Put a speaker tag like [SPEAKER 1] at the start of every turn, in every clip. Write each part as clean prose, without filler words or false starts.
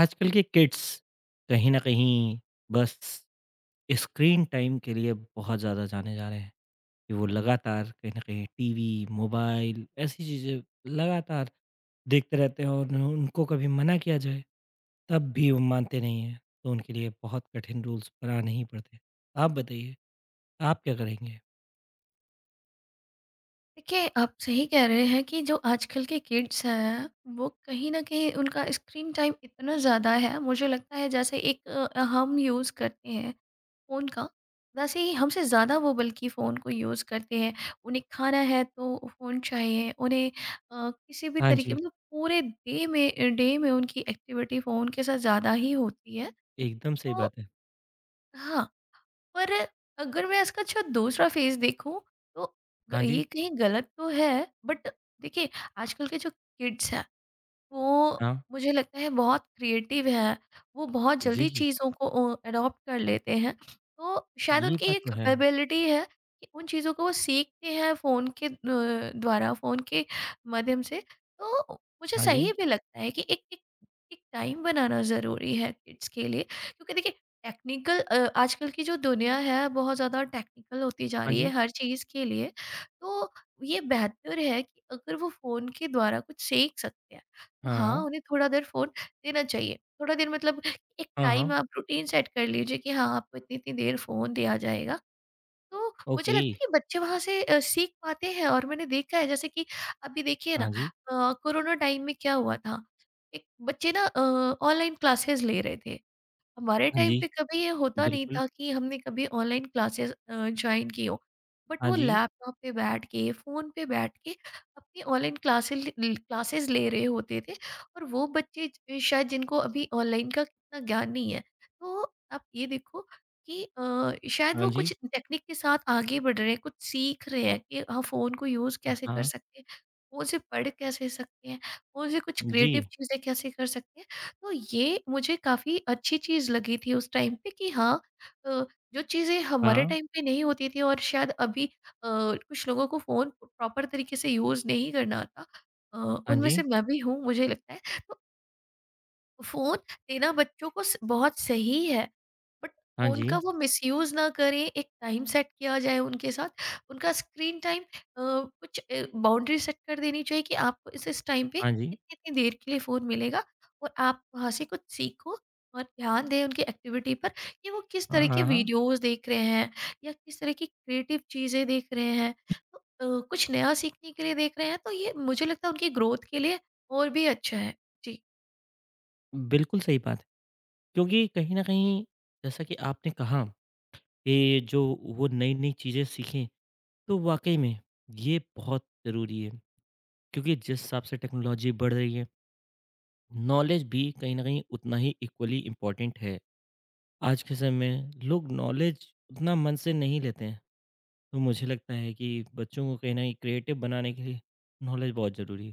[SPEAKER 1] आजकल के किड्स कहीं न कहीं बस स्क्रीन टाइम के लिए बहुत ज़्यादा जाने जा रहे हैं, कि वो लगातार कहीं न कहीं टीवी, मोबाइल ऐसी चीज़ें लगातार देखते रहते हैं और उनको कभी मना किया जाए, तब भी वो मानते नहीं हैं, तो उनके लिए बहुत कठिन रूल्स बनाने ही पड़ते हैं। आप बताइए, आप क्या करेंगे?
[SPEAKER 2] देखिए, आप सही कह रहे हैं कि जो आजकल के किड्स हैं, वो कहीं न कहीं उनका स्क्रीन टाइम इतना ज़्यादा है, मुझे लगता है जैसे एक हम यूज़ करते हैं फ़ोन का, वैसे ही हमसे ज़्यादा वो बल्कि फ़ोन को यूज़ करते हैं। उन्हें खाना है तो फ़ोन चाहिए, उन्हें किसी भी
[SPEAKER 1] हाँ
[SPEAKER 2] तरीके
[SPEAKER 1] जी।
[SPEAKER 2] मतलब पूरे डे में उनकी एक्टिविटी फ़ोन के साथ ज़्यादा ही होती है।
[SPEAKER 1] एकदम सही
[SPEAKER 2] तो
[SPEAKER 1] बात है।
[SPEAKER 2] हाँ, पर अगर मैं इसका अच्छा दूसरा फेस देखूँ तो ग
[SPEAKER 1] हाँ
[SPEAKER 2] ये
[SPEAKER 1] जी।
[SPEAKER 2] कहीं गलत तो है, बट देखिए आजकल के जो किड्स हैं वो
[SPEAKER 1] हाँ।
[SPEAKER 2] मुझे लगता है बहुत क्रिएटिव हैं, वो बहुत जल्दी
[SPEAKER 1] जी,
[SPEAKER 2] चीज़ों को एडॉप्ट कर लेते हैं। तो शायद
[SPEAKER 1] ये
[SPEAKER 2] उनकी
[SPEAKER 1] बात
[SPEAKER 2] ये
[SPEAKER 1] तो है।
[SPEAKER 2] कैपेबिलिटी है कि उन चीज़ों को वो सीखते हैं फ़ोन के द्वारा, फ़ोन के माध्यम से। तो मुझे
[SPEAKER 1] हाँ जी।
[SPEAKER 2] सही भी लगता है कि एक एक एक टाइम बनाना ज़रूरी है किड्स के लिए, क्योंकि देखिए आजकल की जो दुनिया है बहुत ज़्यादा टेक्निकल होती जा
[SPEAKER 1] हाँ
[SPEAKER 2] रही है
[SPEAKER 1] जी।
[SPEAKER 2] हर चीज़ के लिए। तो ये बेहतर है कि अगर वो फ़ोन के द्वारा कुछ सीख सकते हैं। हाँ,
[SPEAKER 1] हाँ।
[SPEAKER 2] उन्हें थोड़ा देर फ़ोन देना चाहिए। थोड़ा देर मतलब एक
[SPEAKER 1] हाँ,
[SPEAKER 2] टाइम
[SPEAKER 1] हाँ।
[SPEAKER 2] आप रूटीन सेट कर लीजिए कि हाँ, आपको इतनी-इतनी देर फ़ोन दिया जाएगा। तो मुझे
[SPEAKER 1] ओके।
[SPEAKER 2] लगता है कि बच्चे वहाँ से सीख पाते हैं, और मैंने देखा है जैसे कि अभी देखिए ना
[SPEAKER 1] हाँ जी।
[SPEAKER 2] कोरोना टाइम में क्या हुआ था, एक बच्चे ना ऑनलाइन क्लासेस ले रहे थे। हमारे
[SPEAKER 1] हाँ
[SPEAKER 2] टाइम
[SPEAKER 1] जी।
[SPEAKER 2] पे कभी ये होता नहीं
[SPEAKER 1] बिल्कुल,
[SPEAKER 2] था कि हमने कभी ऑनलाइन क्लासेस ज्वाइन की हो, बट
[SPEAKER 1] हाँ
[SPEAKER 2] वो
[SPEAKER 1] जी,
[SPEAKER 2] लैपटॉप पे बैठ के फ़ोन पे बैठ के अपनी ऑनलाइन क्लासेस क्लासेस ले रहे होते थे, और वो बच्चे शायद जिनको अभी ऑनलाइन का कितना ज्ञान नहीं है, तो आप ये देखो कि शायद
[SPEAKER 1] हाँ
[SPEAKER 2] वो
[SPEAKER 1] जी,
[SPEAKER 2] कुछ टेक्निक के साथ आगे बढ़ रहे हैं, कुछ सीख रहे हैं कि हाँ फ़ोन को यूज़ कैसे कर
[SPEAKER 1] हाँ,
[SPEAKER 2] सकते हैं, फ़ोन से पढ़ कैसे सकते हैं, फ़ोन से कुछ
[SPEAKER 1] जी,
[SPEAKER 2] क्रिएटिव चीज़ें कैसे कर सकते हैं। तो ये मुझे काफ़ी अच्छी चीज़ लगी थी उस टाइम पे कि हाँ, अ, जो चीज़ें हमारे
[SPEAKER 1] हाँ,
[SPEAKER 2] टाइम पे नहीं होती थी और शायद अभी कुछ लोगों को फ़ोन प्रॉपर तरीके से यूज़ नहीं करना आता, अ,
[SPEAKER 1] हाँ
[SPEAKER 2] उनमें से
[SPEAKER 1] जी,
[SPEAKER 2] मैं भी हूँ मुझे लगता है। तो फ़ोन देना बच्चों को स बहुत सही है, बट
[SPEAKER 1] हाँ
[SPEAKER 2] फ़ोन का
[SPEAKER 1] जी,
[SPEAKER 2] वो मिसयूज़ ना करें, एक टाइम सेट किया जाए उनके साथ। उनका स्क्रीन टाइम कुछ बाउंड्री सेट कर देनी चाहिए कि आपको इस टाइम पे
[SPEAKER 1] हाँ जी,
[SPEAKER 2] इतनी-इतनी देर के लिए फ़ोन मिलेगा, और आप वहाँ से कुछ सीखो, और ध्यान दें उनकी एक्टिविटी पर कि वो किस
[SPEAKER 1] हाँ,
[SPEAKER 2] तरह के
[SPEAKER 1] हाँ, हाँ,
[SPEAKER 2] वीडियोज़ देख रहे हैं या किस तरह की क्रिएटिव चीज़ें देख रहे हैं। तो कुछ नया सीखने के लिए देख रहे हैं, तो ये मुझे लगता है उनकी ग्रोथ के लिए और भी अच्छा है। जी।
[SPEAKER 1] बिल्कुल सही बात है। क्योंकि कहीं न कहीं जैसा कि आपने कहा कि जो वो नई-नई चीज़ें सीखें, तो वाक़ई में ये बहुत ज़रूरी है। क्योंकि जिस हिसाब से टेक्नोलॉजी बढ़ रही है, नॉलेज भी कहीं न कहीं उतना ही इक्वली इम्पोर्टेंट है। आज के समय में लोग नॉलेज उतना मन से नहीं लेते हैं, तो मुझे लगता है कि बच्चों को कहीं न कहीं क्रिएटिव बनाने के लिए नॉलेज बहुत ज़रूरी है।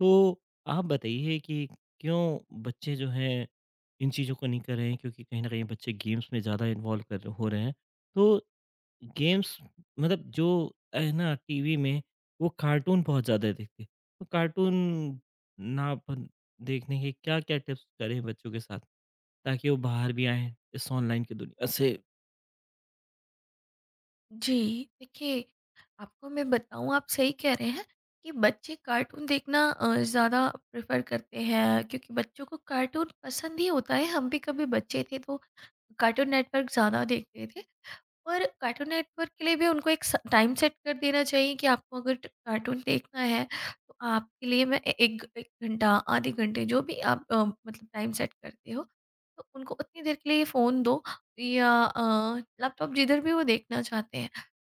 [SPEAKER 1] तो आप बताइए कि क्यों बच्चे जो हैं इन चीज़ों को नहीं कर रहे हैं क्योंकि कहीं न कहीं बच्चे गेम्स में ज़्यादा इन्वॉल्व कर हो रहे हैं। तो गेम्स मतलब जो है ना टीवी में वो कार्टून बहुत ज़्यादा देखते हैं। तो कार्टून ना अपन देखने के क्या-क्या टिप्स करें बच्चों के साथ ताकि वो बाहर भी आएँ इस ऑनलाइन की दुनिया से?
[SPEAKER 2] जी, देखिए, आपको मैं बताऊँ आप सही कह रहे हैं कि बच्चे कार्टून देखना ज़्यादा प्रेफ़र करते हैं क्योंकि बच्चों को कार्टून पसंद ही होता है। हम भी कभी बच्चे थे तो कार्टून नेटवर्क ज़्यादा देखते थे, और कार्टून नेटवर्क के लिए भी उनको एक स टाइम सेट कर देना चाहिए कि आपको अगर ट कार्टून देखना है, तो आपके लिए मैं ए एक एक घंटा, आधे घंटे जो भी आप मतलब टाइम सेट करते हो, तो उनको उतनी देर के लिए फ़ोन दो या लैपटॉप जिधर भी वो देखना चाहते हैं।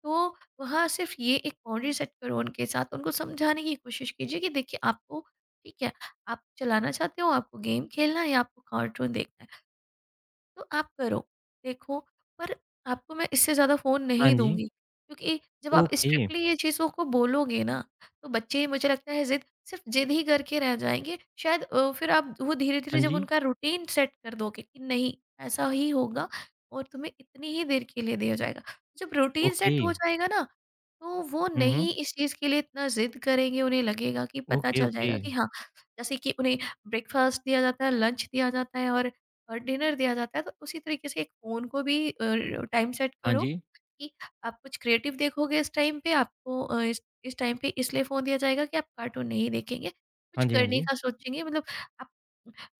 [SPEAKER 2] तो वहाँ सिर्फ़ ये एक बाउंड्री सेट करो उनके साथ, उनको समझाने की कोशिश कीजिए कि देखिए आपको ठीक है, आप चलाना चाहते हो, आपको गेम खेलना है या आपको कार्टून देखना है। तो आप करो, देखो, पर आपको मैं इससे ज़्यादा फ़ोन
[SPEAKER 1] हाँ
[SPEAKER 2] नहीं
[SPEAKER 1] जी।
[SPEAKER 2] दूँगी, क्योंकि जब आप
[SPEAKER 1] ओके।
[SPEAKER 2] स्ट्रिक्टली ये चीज़ों को बोलोगे ना, तो बच्चे मुझे लगता है ज़िद, सिर्फ़ ज़िद ही करके रह जाएँगे। शायद फिर आप वो धीरे-धीरे
[SPEAKER 1] हाँ
[SPEAKER 2] जब
[SPEAKER 1] जी।
[SPEAKER 2] उनका रूटीन सेट कर दोगे कि नहीं, ऐसा ही होगा और तुम्हें इतनी ही देर के लिए दिया जाएगा। जब रूटीन
[SPEAKER 1] ओके।
[SPEAKER 2] सेट हो जाएगा ना, तो वो
[SPEAKER 1] हुँ, हुँ।
[SPEAKER 2] नहीं इस चीज़ के लिए इतना ज़िद करेंगे, उन्हें लगेगा कि पता
[SPEAKER 1] ओके,
[SPEAKER 2] चल
[SPEAKER 1] ओके।
[SPEAKER 2] जाएगा कि हाँ, जैसे कि उन्हें ब्रेकफ़ास्ट दिया जाता है, लंच दिया जाता है और डिनर दिया जाता है, तो उसी तरीके से एक फ़ोन को भी टाइम सेट
[SPEAKER 1] हाँ
[SPEAKER 2] करो
[SPEAKER 1] जी।
[SPEAKER 2] कि आप कुछ क्रिएटिव देखोगे। इस टाइम पे आपको इस टाइम पे इसलिए फ़ोन दिया जाएगा कि आप कार्टून नहीं देखेंगे, कुछ
[SPEAKER 1] हाँ जी, हाँ
[SPEAKER 2] करने
[SPEAKER 1] जी।
[SPEAKER 2] का सोचेंगे, मतलब आप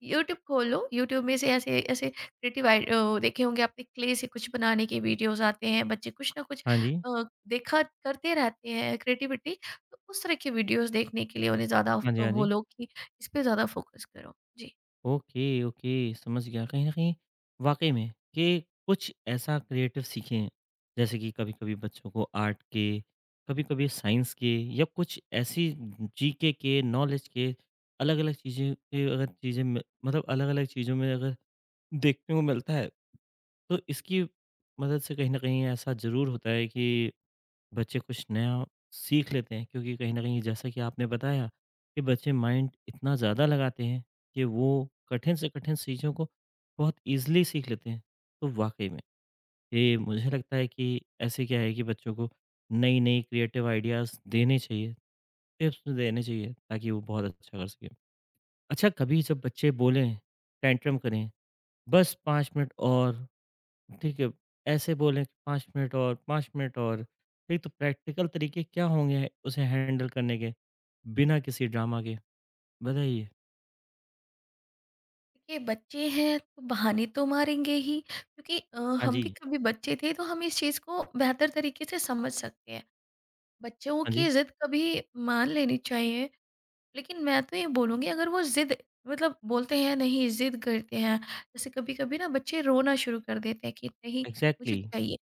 [SPEAKER 2] यूट्यूब खोलो, यूट्यूब में से ऐसे ऐसे क्रिएटिव देखे होंगे आपने, क्ले से कुछ बनाने के वीडियोज़ आते हैं, बच्चे कुछ ना कुछ
[SPEAKER 1] हाँ जी।
[SPEAKER 2] देखा करते रहते हैं क्रिएटिविटी, तो उस तरह के वीडियोज़ देखने के लिए उन्हें ज़्यादा
[SPEAKER 1] हाँ जी, हाँ जी।
[SPEAKER 2] बोलो कि इस पे ज़्यादा फ़ोकस करो। जी।
[SPEAKER 1] ओके, ओके, समझ गया। कहीं न कहीं वाक़ई में कि कुछ ऐसा क्रिएटिव सीखें, जैसे कि कभी-कभी बच्चों को आर्ट के, कभी-कभी साइंस के या कुछ ऐसी जीके के, नॉलेज के अलग-अलग चीज़ें के अगर चीज़ें में मतलब अलग-अलग चीज़ों में अगर देखने को मिलता है, तो इसकी मदद से कहीं न कहीं ऐसा ज़रूर होता है कि बच्चे कुछ नया सीख लेते हैं क्योंकि कहीं न कहीं जैसा कि आपने बताया कि बच्चे माइंड इतना ज़्यादा लगाते हैं कि वो कठिन से कठिन चीज़ों को बहुत ईज़िली सीख लेते हैं। तो वाक़ई में ये मुझे लगता है कि ऐसे क्या है कि बच्चों को नई-नई क्रिएटिव आइडियाज़ देने चाहिए, टिप्स देने चाहिए ताकि वो बहुत अच्छा कर सकें। अच्छा कभी जब बच्चे बोलें, टेंट्रम करें, "बस 5 मिनट और" ठीक है, ऐसे बोलें 5 मिनट और 5 मिनट और, नहीं तो प्रैक्टिकल तरीके क्या होंगे उसे हैंडल करने के, बिना किसी ड्रामा के? बताइए।
[SPEAKER 2] देखिए बच्चे हैं तो बहाने तो मारेंगे ही, क्योंकि
[SPEAKER 1] हाँ
[SPEAKER 2] हम भी
[SPEAKER 1] जी,
[SPEAKER 2] कभी बच्चे थे तो हम इस चीज़ को बेहतर तरीके से समझ सकते हैं। बच्चों
[SPEAKER 1] हाँ जी,
[SPEAKER 2] की जिद कभी मान लेनी चाहिए, लेकिन मैं तो ये बोलूँगी अगर वो जिद, मतलब बोलते हैं नहीं जिद करते हैं, जैसे कभी कभी ना बच्चे रोना शुरू कर देते हैं कि नहीं मुझे
[SPEAKER 1] एग्ज़ैक्टली।
[SPEAKER 2] चाहिए,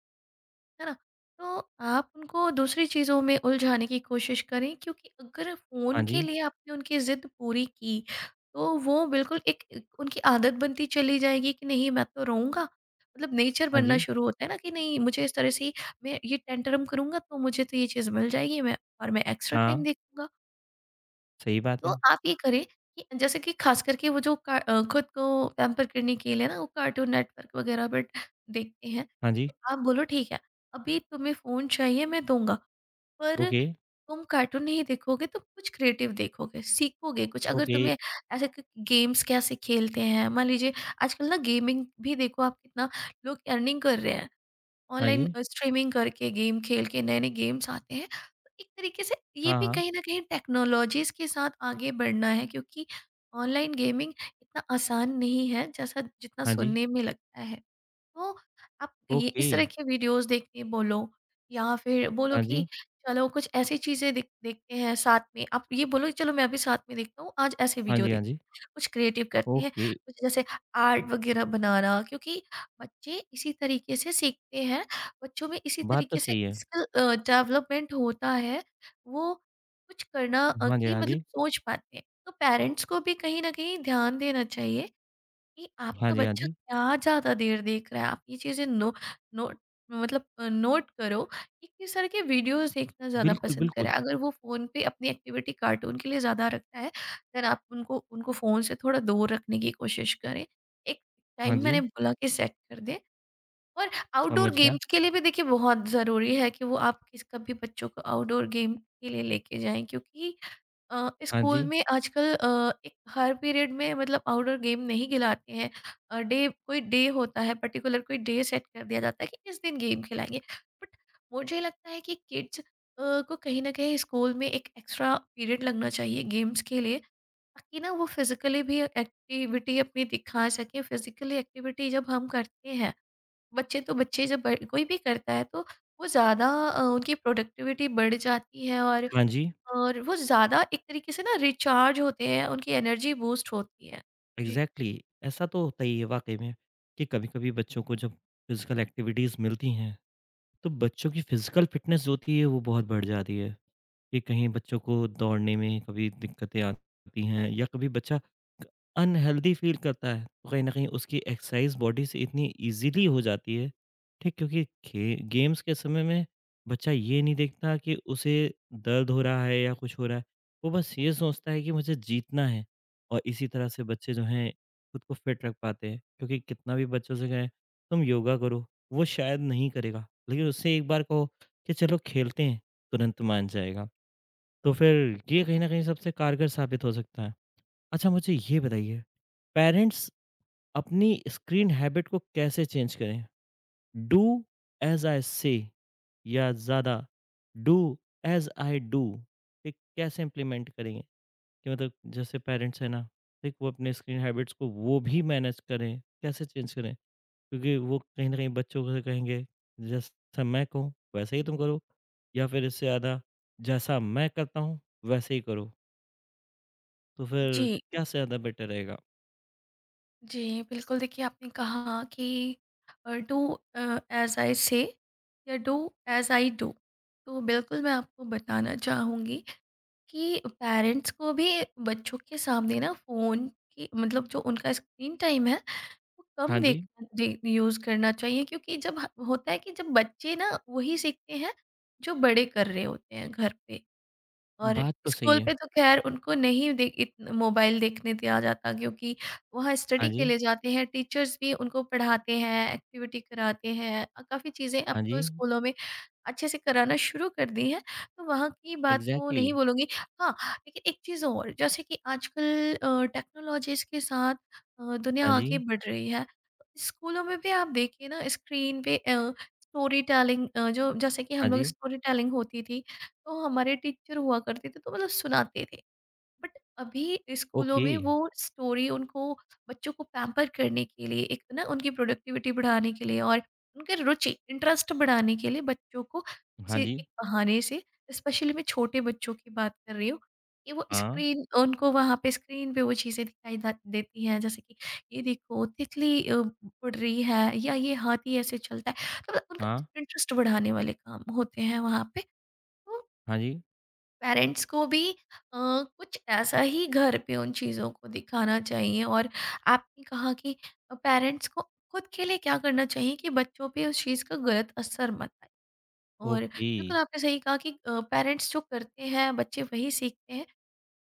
[SPEAKER 2] है ना? तो आप उनको दूसरी चीज़ों में उलझाने की कोशिश करें, क्योंकि अगर फ़ोन
[SPEAKER 1] हाँ
[SPEAKER 2] के
[SPEAKER 1] जी,
[SPEAKER 2] लिए आपने उनकी ज़िद पूरी की, तो वो बिल्कुल एक एक उनकी आदत बनती चली जाएगी कि नहीं मैं तो रोऊँगा। मतलब नेचर
[SPEAKER 1] हाँ
[SPEAKER 2] बनना
[SPEAKER 1] जी,
[SPEAKER 2] शुरू होता है ना कि नहीं, मुझे इस तरह से मैं ये टेंटरम करूँगा तो मुझे तो ये चीज़ मिल जाएगी, मैं और मैं एक्स्ट्रा टाइम
[SPEAKER 1] हाँ,
[SPEAKER 2] देखूँगा।
[SPEAKER 1] सही बात
[SPEAKER 2] तो
[SPEAKER 1] है।
[SPEAKER 2] आप ये करें कि जैसे कि खास करके वो खुद को पैम्पर करने के लिए ना वो कार्टून नेटवर्क वगैरह बट देखते हैं,
[SPEAKER 1] हाँ जी,
[SPEAKER 2] तो आप बोलो ठीक है अभी तुम्हें फ़ोन चाहिए मैं दूंगा, पर
[SPEAKER 1] ओके,
[SPEAKER 2] तुम कार्टून नहीं देखोगे, तुम कुछ क्रिएटिव देखोगे, सीखोगे कुछ, अगर
[SPEAKER 1] ओके,
[SPEAKER 2] तुम्हें ऐसे गेम्स कैसे खेलते हैं मान लीजिए। आजकल ना गेमिंग भी देखो आप कितना लोग अर्निंग कर रहे हैं
[SPEAKER 1] हाँ
[SPEAKER 2] ऑनलाइन,
[SPEAKER 1] जी,
[SPEAKER 2] स्ट्रीमिंग करके गेम खेल के, नए-नए गेम्स आते हैं। तो एक तरीके से ये
[SPEAKER 1] हाँ,
[SPEAKER 2] भी
[SPEAKER 1] हाँ,
[SPEAKER 2] कहीं न कहीं टेक्नोलॉजीज़ के साथ आगे बढ़ना है, क्योंकि ऑनलाइन गेमिंग इतना आसान नहीं है जैसा जितना
[SPEAKER 1] हाँ जी,
[SPEAKER 2] सुनने में लगता है। तो आप ये
[SPEAKER 1] ओके,
[SPEAKER 2] इस तरह के वीडियोस देख के बोलो, या फिर बोलो
[SPEAKER 1] हाँ
[SPEAKER 2] कि
[SPEAKER 1] जी,
[SPEAKER 2] चलो कुछ ऐसी चीज़ें देख देखते हैं साथ में। आप ये बोलो कि चलो मैं भी साथ में देखता हूँ, आज ऐसे
[SPEAKER 1] हाँ
[SPEAKER 2] वीडियो
[SPEAKER 1] जी, हाँ
[SPEAKER 2] देखते
[SPEAKER 1] जी,
[SPEAKER 2] हैं। कुछ क्रिएटिव करते हैं,
[SPEAKER 1] ओके,
[SPEAKER 2] कुछ जैसे आर्ट वगैरह बनाना, क्योंकि बच्चे इसी तरीके से सीखते हैं। बच्चों में इसी
[SPEAKER 1] बात तो
[SPEAKER 2] तरीके से
[SPEAKER 1] सही है।
[SPEAKER 2] स्किल डेवलपमेंट होता है। वो कुछ करना अ,
[SPEAKER 1] हाँ जी,
[SPEAKER 2] की
[SPEAKER 1] हाँ
[SPEAKER 2] मतलब
[SPEAKER 1] जी,
[SPEAKER 2] सोच पाते हैं। तो पेरेंट्स को भी कहीं न कहीं ध्यान देना चाहिए कि
[SPEAKER 1] हाँ
[SPEAKER 2] आपका
[SPEAKER 1] जी, हाँ
[SPEAKER 2] बच्चा
[SPEAKER 1] जी,
[SPEAKER 2] क्या ज़्यादा देर देख रहा है। आप ये चीज़ें नो नोट मतलब अ, नोट करो कि किस तरह के वीडियोज़ देखना ज़्यादा
[SPEAKER 1] बिल्कुल,
[SPEAKER 2] पसंद करे।
[SPEAKER 1] बिल्कुल,
[SPEAKER 2] अगर वो फ़ोन पे अपनी एक्टिविटी कार्टून के लिए ज़्यादा रखता है, देन आप उनको उनको फ़ोन से थोड़ा दूर रखने की कोशिश करें। एक
[SPEAKER 1] हाँ
[SPEAKER 2] टाइम मैंने
[SPEAKER 1] जी,
[SPEAKER 2] बोला कि सेट कर दें, और आउटडोर
[SPEAKER 1] समझ गया,
[SPEAKER 2] गेम्स के लिए भी देखिए बहुत ज़रूरी है कि वो आप किस कभी बच्चों को आउटडोर गेम के लिए लेके जाएँ, क्योंकि
[SPEAKER 1] हाँ
[SPEAKER 2] स्कूल
[SPEAKER 1] जी,
[SPEAKER 2] में आजकल एक हर पीरियड में मतलब आउटडोर गेम नहीं खिलाते हैं। डे कोई डे होता है पर्टिकुलर, कोई डे सेट कर दिया जाता है कि इस दिन गेम खिलाएंगे, बट मुझे लगता है कि किड्स को कहीं ना कहीं स्कूल में एक एक्स्ट्रा पीरियड लगना चाहिए गेम्स के लिए, ताकि ना वो फिजिकली भी एक्टिविटी अपनी दिखा सके। फिजिकली एक्टिविटी जब हम करते हैं, बच्चे तो बच्चे जब कोई भी करता है तो वो ज़्यादा उनकी प्रोडक्टिविटी बढ़ जाती है,
[SPEAKER 1] हाँ जी।
[SPEAKER 2] और वो ज़्यादा एक तरीके से ना रिचार्ज होते हैं, उनकी एनर्जी बूस्ट होती है। जी।
[SPEAKER 1] एग्जैक्टली exactly, ऐसा तो होता ही है वाकई में कि कभी कभी बच्चों को जब फिजिकल एक्टिविटीज़ मिलती हैं तो बच्चों की फिजिकल फिटनेस जो होती है वो बहुत बढ़ जाती है कि कहीं बच्चों को दौड़ने में कभी दिक्कतें आती हैं या कभी बच्चा अनहेल्दी फ़ील करता है, तो कहीं न कहीं उसकी एक्सरसाइज़ बॉडी से इतनी ईज़िली हो जाती है, ठीक? क्योंकि खे गेम्स के समय में बच्चा ये नहीं देखता कि उसे दर्द हो रहा है या कुछ हो रहा है, वो बस ये सोचता है कि मुझे जीतना है और इसी तरह से बच्चे जो हैं, खुद को फिट रख पाते हैं। क्योंकि कितना भी बच्चों से कहें, "तुम योगा करो," वो शायद नहीं करेगा, लेकिन उससे एक बार कहो कि चलो खेलते हैं, तुरंत मान जाएगा। तो फिर ये कहीं न कहीं सबसे कारगर साबित हो सकता है। अच्छा मुझे ये बताइए, पेरेंट्स अपनी स्क्रीन हैबिट को कैसे चेंज करें? डू एज़ आई से या ज़्यादा डू एज़ आई डू ठीक कैसे इम्प्लीमेंट करेंगे? कि मतलब जैसे पेरेंट्स हैं ना, ठीक वो अपने स्क्रीन हैबिट्स को वो भी मैनेज करें, कैसे चेंज करें? क्योंकि वो कहीं न कहीं बच्चों को कहेंगे, जैसा मैं कहूँ वैसे ही तुम करो या फिर इससे ज़्यादा जैसा मैं करता हूँ वैसे ही करो। तो फिर
[SPEAKER 2] जी,
[SPEAKER 1] क्या से ज़्यादा बेटर रहेगा?
[SPEAKER 2] जी, बिल्कुल देखिए आपने कहा कि डू एज़ आई से, या डू एज़ आई डू। तो बिल्कुल मैं आपको बताना चाहूँगी कि पेरेंट्स को भी बच्चों के सामने ना फ़ोन की, मतलब जो उनका स्क्रीन टाइम है वो कम
[SPEAKER 1] हाँ जी।
[SPEAKER 2] देखना दे यूज़ करना चाहिए, क्योंकि जब ह होता है कि जब बच्चे ना वही सीखते हैं जो बड़े कर रहे होते हैं घर पे। और
[SPEAKER 1] बात तो सही
[SPEAKER 2] स्कूल
[SPEAKER 1] है।
[SPEAKER 2] पे तो ख़ैर उनको नहीं दे इत मोबाइल देखने दिया जाता, क्योंकि वहाँ
[SPEAKER 1] हाँ
[SPEAKER 2] स्टडी के
[SPEAKER 1] जी,
[SPEAKER 2] लिए जाते हैं, टीचर्स भी उनको पढ़ाते हैं, एक्टिविटी कराते हैं, काफ़ी चीज़ें अब
[SPEAKER 1] हाँ जी,
[SPEAKER 2] तो स्कूलों में अच्छे से कराना शुरू कर दी हैं, तो वहाँ की बात तो
[SPEAKER 1] एग्ज़ैक्टली
[SPEAKER 2] नहीं बोलूँगी। हाँ, लेकिन एक चीज़ और, जैसे कि आजकल टेक्नोलॉजीज़ के साथ दुनिया
[SPEAKER 1] हाँ
[SPEAKER 2] आगे
[SPEAKER 1] जी,
[SPEAKER 2] बढ़ रही है। स्कूलों में भी आप देखिए ना स्क्रीन पे स्टोरी टेलिंग, जो जैसे कि
[SPEAKER 1] हाँ
[SPEAKER 2] हम लोग
[SPEAKER 1] जी,
[SPEAKER 2] स्टोरी टेलिंग होती थी, तो हमारे टीचर हुआ करते थे तो मतलब सुनाते थे, बट अभी स्कूलों
[SPEAKER 1] ओके,
[SPEAKER 2] में वो स्टोरी उनको बच्चों को पैम्पर करने के लिए, एक ना उनकी प्रोडक्टिविटी बढ़ाने के लिए और उनके रुचि इंटरेस्ट बढ़ाने के लिए बच्चों को
[SPEAKER 1] हाँ
[SPEAKER 2] किसी
[SPEAKER 1] जी,
[SPEAKER 2] एक बहाने से, स्पेशली मैं छोटे बच्चों की बात कर रही हूँ, कि वो
[SPEAKER 1] हाँ,
[SPEAKER 2] स्क्रीन उनको वहाँ पे स्क्रीन पे वो चीज़ें देती हैं जैसे कि ये देखो तितली उड़ रही है, या ये हाथी ऐसे चलता है, तो मतलब उनका
[SPEAKER 1] हाँ,
[SPEAKER 2] इंटरेस्ट बढ़ाने वाले काम होते हैं वहाँ पे। तो
[SPEAKER 1] हाँ जी,
[SPEAKER 2] पेरेंट्स को भी कुछ ऐसा ही घर पे उन चीज़ों को दिखाना चाहिए। और आपने कहा कि पेरेंट्स को खुद के लिए क्या करना चाहिए कि बच्चों पे उस चीज़ का गलत असर मत आए, और
[SPEAKER 1] ओके,
[SPEAKER 2] बिल्कुल आपने सही कहा कि पेरेंट्स जो करते हैं बच्चे वही सीखते हैं।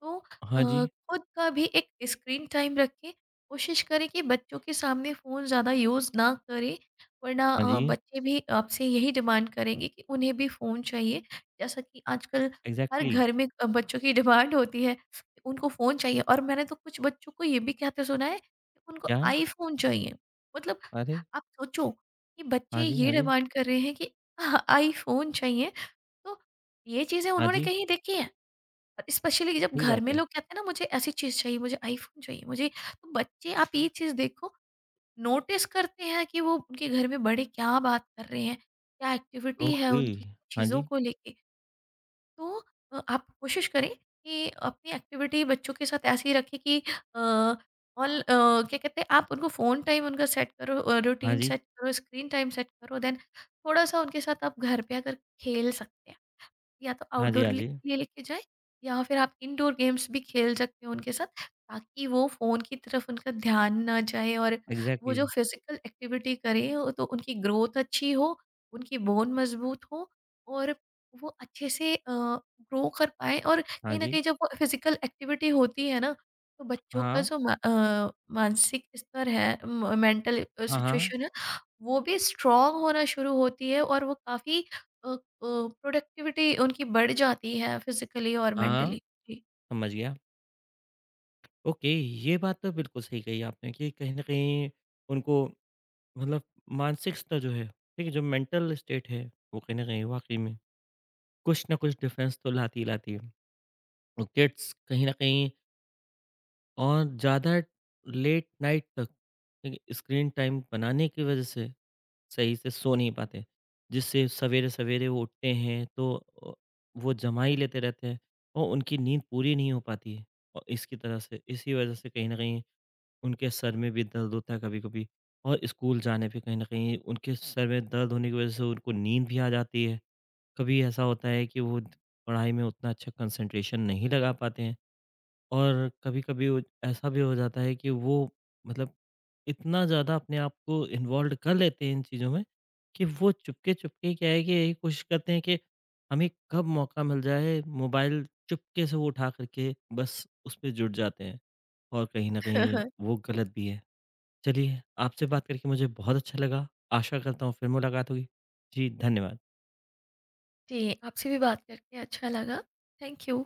[SPEAKER 2] तो
[SPEAKER 1] हाँ
[SPEAKER 2] अ,
[SPEAKER 1] जी,
[SPEAKER 2] खुद का भी एक स्क्रीन टाइम रखें। कोशिश करें कि बच्चों के सामने फ़ोन ज़्यादा यूज़ ना करें, वरना
[SPEAKER 1] हाँ जी,
[SPEAKER 2] बच्चे भी आपसे यही डिमांड करेंगे कि उन्हें भी फ़ोन चाहिए। जैसा कि आजकल हर
[SPEAKER 1] एग्ज़ैक्टली
[SPEAKER 2] घर में बच्चों की डिमांड होती है कि उनको फ़ोन चाहिए, और मैंने तो कुछ बच्चों को ये भी कहते सुना है कि उनको
[SPEAKER 1] क्या?
[SPEAKER 2] आईफ़ोन चाहिए। मतलब
[SPEAKER 1] अरे!
[SPEAKER 2] आप सोचो कि बच्चे
[SPEAKER 1] हाँ जी,
[SPEAKER 2] ये
[SPEAKER 1] हाँ जी,
[SPEAKER 2] डिमांड कर रहे हैं कि आईफ़ोन चाहिए, तो ये चीज़ें
[SPEAKER 1] हाँ
[SPEAKER 2] उन्होंने
[SPEAKER 1] जी,
[SPEAKER 2] कहीं देखी हैं? स्पेशली जब
[SPEAKER 1] सही
[SPEAKER 2] घर
[SPEAKER 1] बात
[SPEAKER 2] में
[SPEAKER 1] है,
[SPEAKER 2] लोग कहते हैं ना मुझे ऐसी चीज़ चाहिए, मुझे आईफ़ोन चाहिए, मुझे, तो बच्चे आप ये चीज़ देखो, नोटिस करते हैं कि वो उनके घर में बड़े क्या बात कर रहे हैं, क्या एक्टिविटी है
[SPEAKER 1] ओके,
[SPEAKER 2] उनकी
[SPEAKER 1] हाँ
[SPEAKER 2] चीज़ों
[SPEAKER 1] जी,
[SPEAKER 2] को लेके। तो आप कोशिश करें कि अपनी एक्टिविटी बच्चों के साथ ऐसी रखें कि अ, क्या कहते हैं, आप उनको फ़ोन टाइम उनका सेट करो,
[SPEAKER 1] हाँ
[SPEAKER 2] रूटीन
[SPEAKER 1] जी,
[SPEAKER 2] सेट करो, स्क्रीन टाइम सेट करो, देन थोड़ा-सा उनके साथ आप घर पे आकर खेल सकते हैं। या तो
[SPEAKER 1] हाँ जी,
[SPEAKER 2] आउटडोर
[SPEAKER 1] हाँ
[SPEAKER 2] ले
[SPEAKER 1] जी,
[SPEAKER 2] के लिए लेके जाएँ, या फिर आप इनडोर गेम्स भी खेल सकते हो उनके साथ, ताकि वो फ़ोन की तरफ उनका ध्यान ना जाए, और वो
[SPEAKER 1] एग्ज़ैक्टली
[SPEAKER 2] जो फिज़िकल एक्टिविटी करें वो तो उनकी ग्रोथ अच्छी हो, उनकी बोन मज़बूत हो, और वो अच्छे से ग्रो कर पाएँ। और
[SPEAKER 1] हाँ
[SPEAKER 2] कहीं न
[SPEAKER 1] जी,
[SPEAKER 2] कहीं जब वो फिज़िकल एक्टिविटी होती है ना, तो बच्चों का
[SPEAKER 1] हाँ,
[SPEAKER 2] जो मानसिक स्तर है, म मेंटल
[SPEAKER 1] हाँ, हाँ,
[SPEAKER 2] सिचुएशन है, वो भी स्ट्रॉन्ग होना शुरू होती है, और वो काफ़ी प्रोडक्टिविटी उनकी बढ़ जाती है फिजिकली और
[SPEAKER 1] हाँ,
[SPEAKER 2] मेंटली। जी।
[SPEAKER 1] समझ गया, ओके, ये बात तो बिल्कुल सही कही आपने कि कहीं न कहीं उनको मतलब मानसिकता जो है, ठीक है, जो मेंटल स्टेट है, वो कहीं न कहीं वाक़ई में कुछ ना कुछ डिफ़रेंस तो लाती ही लाती है। और किड्स कहीं न कहीं और ज़्यादा लेट नाइट तक ठीक है, स्क्रीन टाइम बनाने की वज़ह से सही से सो नहीं पाते, जिससे सवेरे-सवेरे वो उठते हैं तो अ, वो जमा ही लेते रहते हैं और उनकी नींद पूरी नहीं हो पाती है। और इसकी तरह से इसी वज़ह से कहीं न कहीं उनके सर में भी दर्द होता है कभी-कभी और स्कूल जाने पे कहीं न कहीं उनके सर में दर्द होने की वज़ह से उनको नींद भी आ जाती है। कभी ऐसा होता है कि वो पढ़ाई में उतना अच्छा कंसंट्रेशन नहीं लगा पाते हैं और कभी-कभी वो ऐसा भी हो जाता है कि वो मतलब इतना ज़्यादा अपने आप को इन्वॉल्व्ड कर लेते हैं इन चीज़ों में कि वो चुपके-चुपके क्या है कि यही कोशिश करते हैं कि हमें कब मौका मिल जाए मोबाइल चुपके से वो उठा कर के बस उस पे जुट जाते हैं और कहीं न
[SPEAKER 2] हाँ,
[SPEAKER 1] कहीं
[SPEAKER 2] हाँ।
[SPEAKER 1] वो गलत भी है। चलिए, आपसे बात करके मुझे बहुत अच्छा लगा। आशा करता हूँ फिर मुलाकात होगी। जी, धन्यवाद।
[SPEAKER 2] जी आपसे भी बात करके अच्छा लगा। Thank you.